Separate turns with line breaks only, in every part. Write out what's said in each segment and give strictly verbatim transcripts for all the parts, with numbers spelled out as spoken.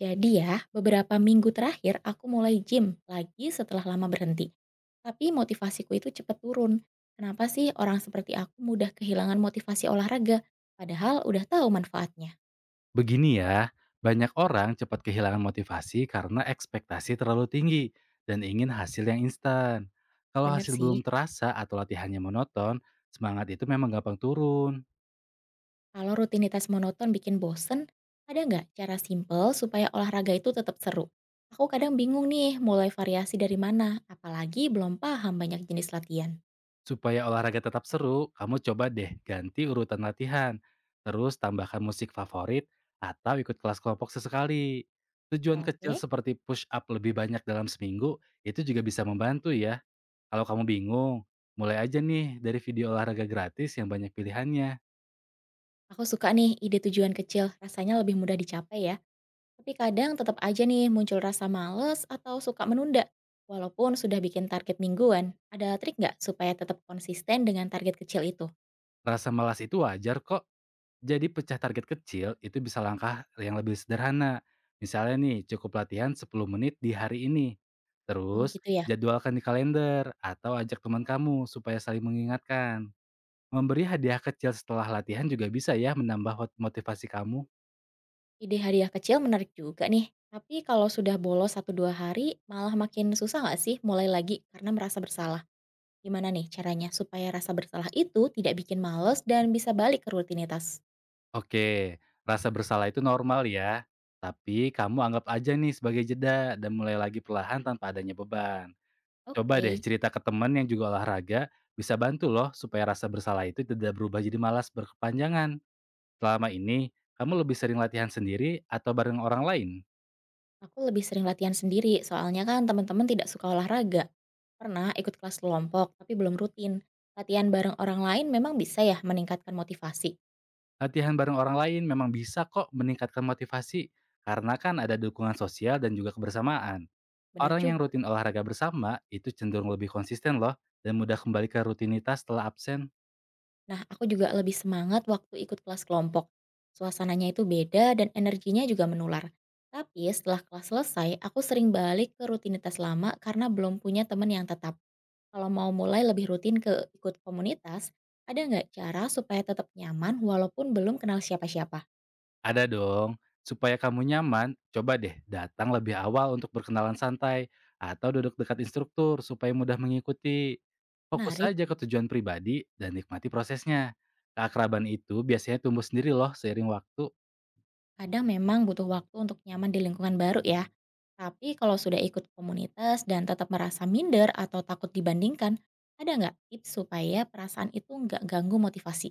Jadi ya, beberapa minggu terakhir aku mulai gym lagi setelah lama berhenti. Tapi motivasiku itu cepat turun. Kenapa sih orang seperti aku mudah kehilangan motivasi olahraga? Padahal udah tahu manfaatnya.
Begini ya, banyak orang cepat kehilangan motivasi karena ekspektasi terlalu tinggi dan ingin hasil yang instan. Kalau
Bener
hasil
sih,
belum terasa atau latihannya monoton, semangat itu memang gampang turun.
kalau rutinitas monoton bikin bosen, ada nggak cara simple supaya olahraga itu tetap seru? Aku kadang bingung nih mulai variasi dari mana, apalagi belum paham banyak jenis latihan.
Supaya olahraga tetap seru, kamu coba deh ganti urutan latihan. Terus tambahkan musik favorit atau ikut kelas kelompok sesekali. Tujuan kecil
Oke,
seperti push up lebih banyak dalam seminggu itu juga bisa membantu ya. Kalau kamu bingung, mulai aja nih dari video olahraga gratis yang banyak pilihannya.
aku suka nih ide tujuan kecil, rasanya lebih mudah dicapai ya. Tapi kadang tetap aja nih muncul rasa males atau suka menunda, walaupun sudah bikin target mingguan. Ada trik nggak supaya tetap konsisten dengan target kecil itu?
Rasa malas itu wajar kok. Jadi pecah target kecil itu bisa langkah yang lebih sederhana. Misalnya nih, cukup latihan sepuluh menit di hari ini.
Oh
Terus,
gitu ya,
jadwalkan di kalender atau ajak teman kamu supaya saling mengingatkan. Memberi hadiah kecil setelah latihan juga bisa ya menambah mot- motivasi kamu.
ide hadiah kecil menarik juga nih. Tapi kalau sudah bolos satu dua hari, malah makin susah nggak sih mulai lagi karena merasa bersalah? Gimana nih caranya supaya rasa bersalah itu tidak bikin males dan bisa balik ke rutinitas?
Oke, rasa bersalah itu normal ya. Tapi kamu anggap aja nih sebagai jeda dan mulai lagi perlahan tanpa adanya beban. Coba deh
Oke.
cerita ke teman yang juga olahraga, bisa bantu loh supaya rasa bersalah itu tidak berubah jadi malas berkepanjangan. Selama ini, kamu lebih sering latihan sendiri atau bareng orang lain?
Aku lebih sering latihan sendiri, soalnya kan teman-teman tidak suka olahraga. Pernah ikut kelas kelompok, tapi belum rutin. Latihan bareng orang lain memang bisa ya meningkatkan motivasi.
Latihan bareng orang lain memang bisa kok meningkatkan motivasi, karena kan ada dukungan sosial dan juga kebersamaan.
Bener
Orang yang
juga.
rutin olahraga bersama itu cenderung lebih konsisten loh, dan mudah kembali ke rutinitas setelah absen.
Nah, aku juga lebih semangat waktu ikut kelas kelompok. Suasananya itu beda dan energinya juga menular. Tapi setelah kelas selesai, aku sering balik ke rutinitas lama karena belum punya teman yang tetap. Kalau mau mulai lebih rutin ke ikut komunitas, ada nggak cara supaya tetap nyaman walaupun belum kenal siapa-siapa?
Ada dong. Supaya kamu nyaman, coba deh datang lebih awal untuk berkenalan santai atau duduk dekat instruktur supaya mudah mengikuti. Fokus
Menarik.
saja ke tujuan pribadi dan nikmati prosesnya. Keakraban itu biasanya tumbuh sendiri loh seiring waktu.
Kadang memang butuh waktu untuk nyaman di lingkungan baru ya, tapi kalau sudah ikut komunitas dan tetap merasa minder atau takut dibandingkan, ada nggak tips supaya perasaan itu nggak ganggu motivasi?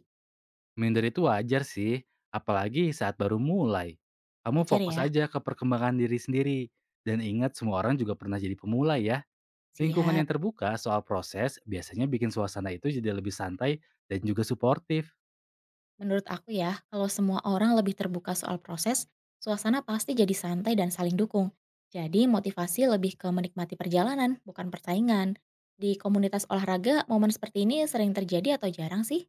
Minder itu wajar sih, apalagi saat baru mulai. Kamu
Wajar
fokus
ya?
aja ke perkembangan diri sendiri. Dan ingat semua orang juga pernah jadi pemula ya. Lingkungan
Siap.
yang terbuka soal proses biasanya bikin suasana itu jadi lebih santai dan juga suportif.
Menurut aku ya, kalau semua orang lebih terbuka soal proses, suasana pasti jadi santai dan saling dukung. Jadi motivasi lebih ke menikmati perjalanan, bukan persaingan. Di komunitas olahraga, momen seperti ini sering terjadi atau jarang sih?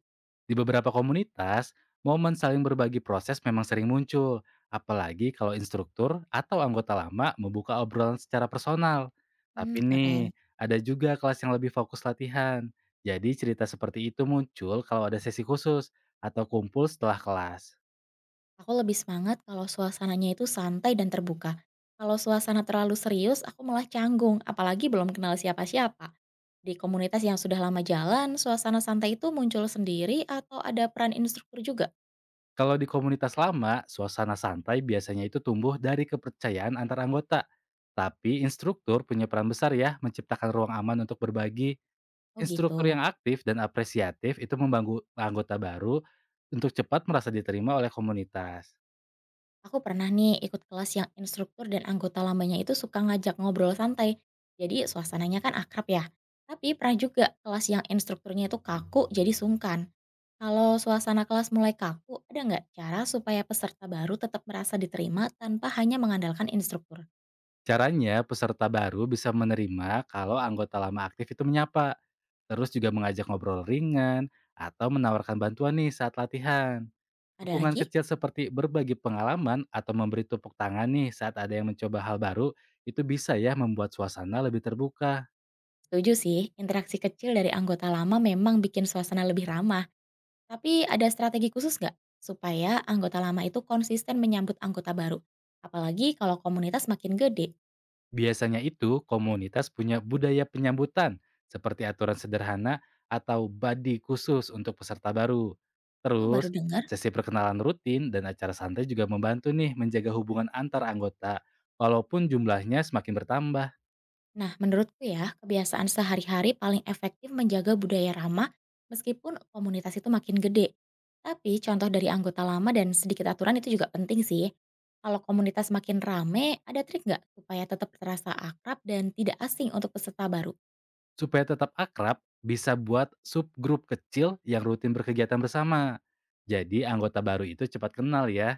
Di beberapa komunitas, momen saling berbagi proses memang sering muncul, apalagi kalau instruktur atau anggota lama membuka obrolan secara personal.
Hmm,
Tapi nih,
keren.
ada juga kelas yang lebih fokus latihan. Jadi cerita seperti itu muncul kalau ada sesi khusus atau kumpul setelah kelas.
Aku lebih semangat kalau suasananya itu santai dan terbuka. Kalau suasana terlalu serius, aku malah canggung, apalagi belum kenal siapa-siapa. Di komunitas yang sudah lama jalan, suasana santai itu muncul sendiri atau ada peran instruktur juga?
Kalau di komunitas lama, suasana santai biasanya itu tumbuh dari kepercayaan antar anggota. Tapi instruktur punya peran besar ya menciptakan ruang aman untuk berbagi.
Oh gitu.
Instruktur yang aktif dan apresiatif itu membangun anggota baru untuk cepat merasa diterima oleh komunitas.
Aku pernah nih ikut kelas yang instruktur dan anggota lamanya itu suka ngajak ngobrol santai. Jadi suasananya kan akrab ya. Tapi pernah juga kelas yang instrukturnya itu kaku jadi sungkan. Kalau suasana kelas mulai kaku, ada nggak cara supaya peserta baru tetap merasa diterima tanpa hanya mengandalkan instruktur?
Caranya, peserta baru bisa menerima kalau anggota lama aktif itu menyapa, terus juga mengajak ngobrol ringan, atau menawarkan bantuan nih saat latihan.
Ada
Dukungan
lagi?
kecil seperti berbagi pengalaman atau memberi tepuk tangan nih saat ada yang mencoba hal baru, itu bisa ya membuat suasana lebih terbuka.
Setuju sih, interaksi kecil dari anggota lama memang bikin suasana lebih ramah. Tapi ada strategi khusus nggak? Supaya anggota lama itu konsisten menyambut anggota baru. Apalagi kalau komunitas makin gede.
Biasanya itu komunitas punya budaya penyambutan seperti aturan sederhana atau body khusus untuk peserta baru.
Oh, baru
Terus,
dengar.
sesi perkenalan rutin dan acara santai juga membantu nih menjaga hubungan antar anggota walaupun jumlahnya semakin bertambah.
Nah, menurutku ya, kebiasaan sehari-hari paling efektif menjaga budaya ramah meskipun komunitas itu makin gede. Tapi contoh dari anggota lama dan sedikit aturan itu juga penting sih. Kalau komunitas makin rame, ada trik nggak supaya tetap terasa akrab dan tidak asing untuk peserta baru?
Supaya tetap akrab, bisa buat subgrup kecil yang rutin berkegiatan bersama. Jadi anggota baru itu cepat kenal ya.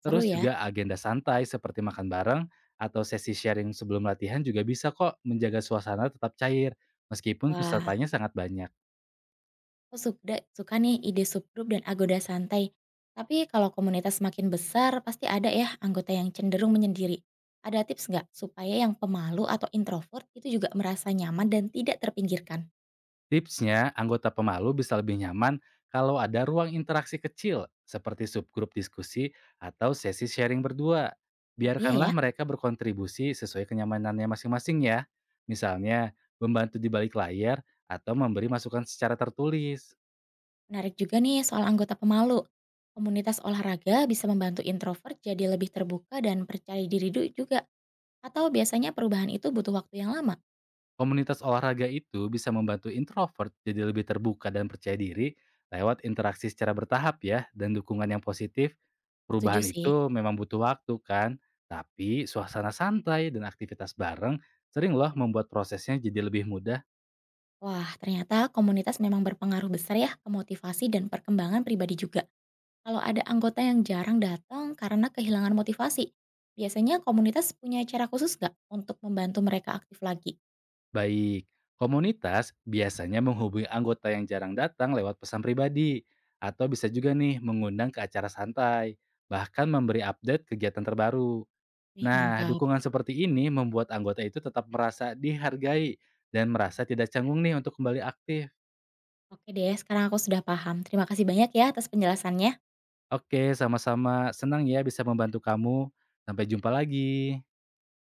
Seru
Terus
ya?
juga agenda santai seperti makan bareng atau sesi sharing sebelum latihan juga bisa kok menjaga suasana tetap cair, meskipun
Wah,
pesertanya sangat banyak.
aku sukda suka nih ide subgrup dan agoda santai. Tapi kalau komunitas makin besar, pasti ada ya anggota yang cenderung menyendiri. Ada tips nggak supaya yang pemalu atau introvert itu juga merasa nyaman dan tidak terpinggirkan?
Tipsnya, anggota pemalu bisa lebih nyaman kalau ada ruang interaksi kecil seperti subgrup diskusi atau sesi sharing berdua.
Oh iya
Biarkanlah
ya,
mereka berkontribusi sesuai kenyamanannya masing-masing ya. Misalnya, membantu di balik layar atau memberi masukan secara tertulis.
menarik juga nih soal anggota pemalu. Komunitas olahraga bisa membantu introvert jadi lebih terbuka dan percaya diri du- juga. Atau biasanya perubahan itu butuh waktu yang lama?
Komunitas olahraga itu bisa membantu introvert jadi lebih terbuka dan percaya diri lewat interaksi secara bertahap ya dan dukungan yang positif.
Setuju
Perubahan
sih.
itu memang butuh waktu kan, tapi suasana santai dan aktivitas bareng sering loh membuat prosesnya jadi lebih mudah.
Wah, ternyata komunitas memang berpengaruh besar ya ke motivasi dan perkembangan pribadi juga. Kalau ada anggota yang jarang datang karena kehilangan motivasi, biasanya komunitas punya cara khusus nggak untuk membantu mereka aktif lagi?
Baik, komunitas biasanya menghubungi anggota yang jarang datang lewat pesan pribadi atau bisa juga nih mengundang ke acara santai, bahkan memberi update kegiatan terbaru.
Wih,
Nah,
mantap.
dukungan seperti ini membuat anggota itu tetap merasa dihargai dan merasa tidak canggung nih untuk kembali aktif.
Oke deh, sekarang aku sudah paham. Terima kasih banyak ya atas penjelasannya.
Oke, sama-sama. Senang ya bisa membantu kamu. Sampai jumpa lagi.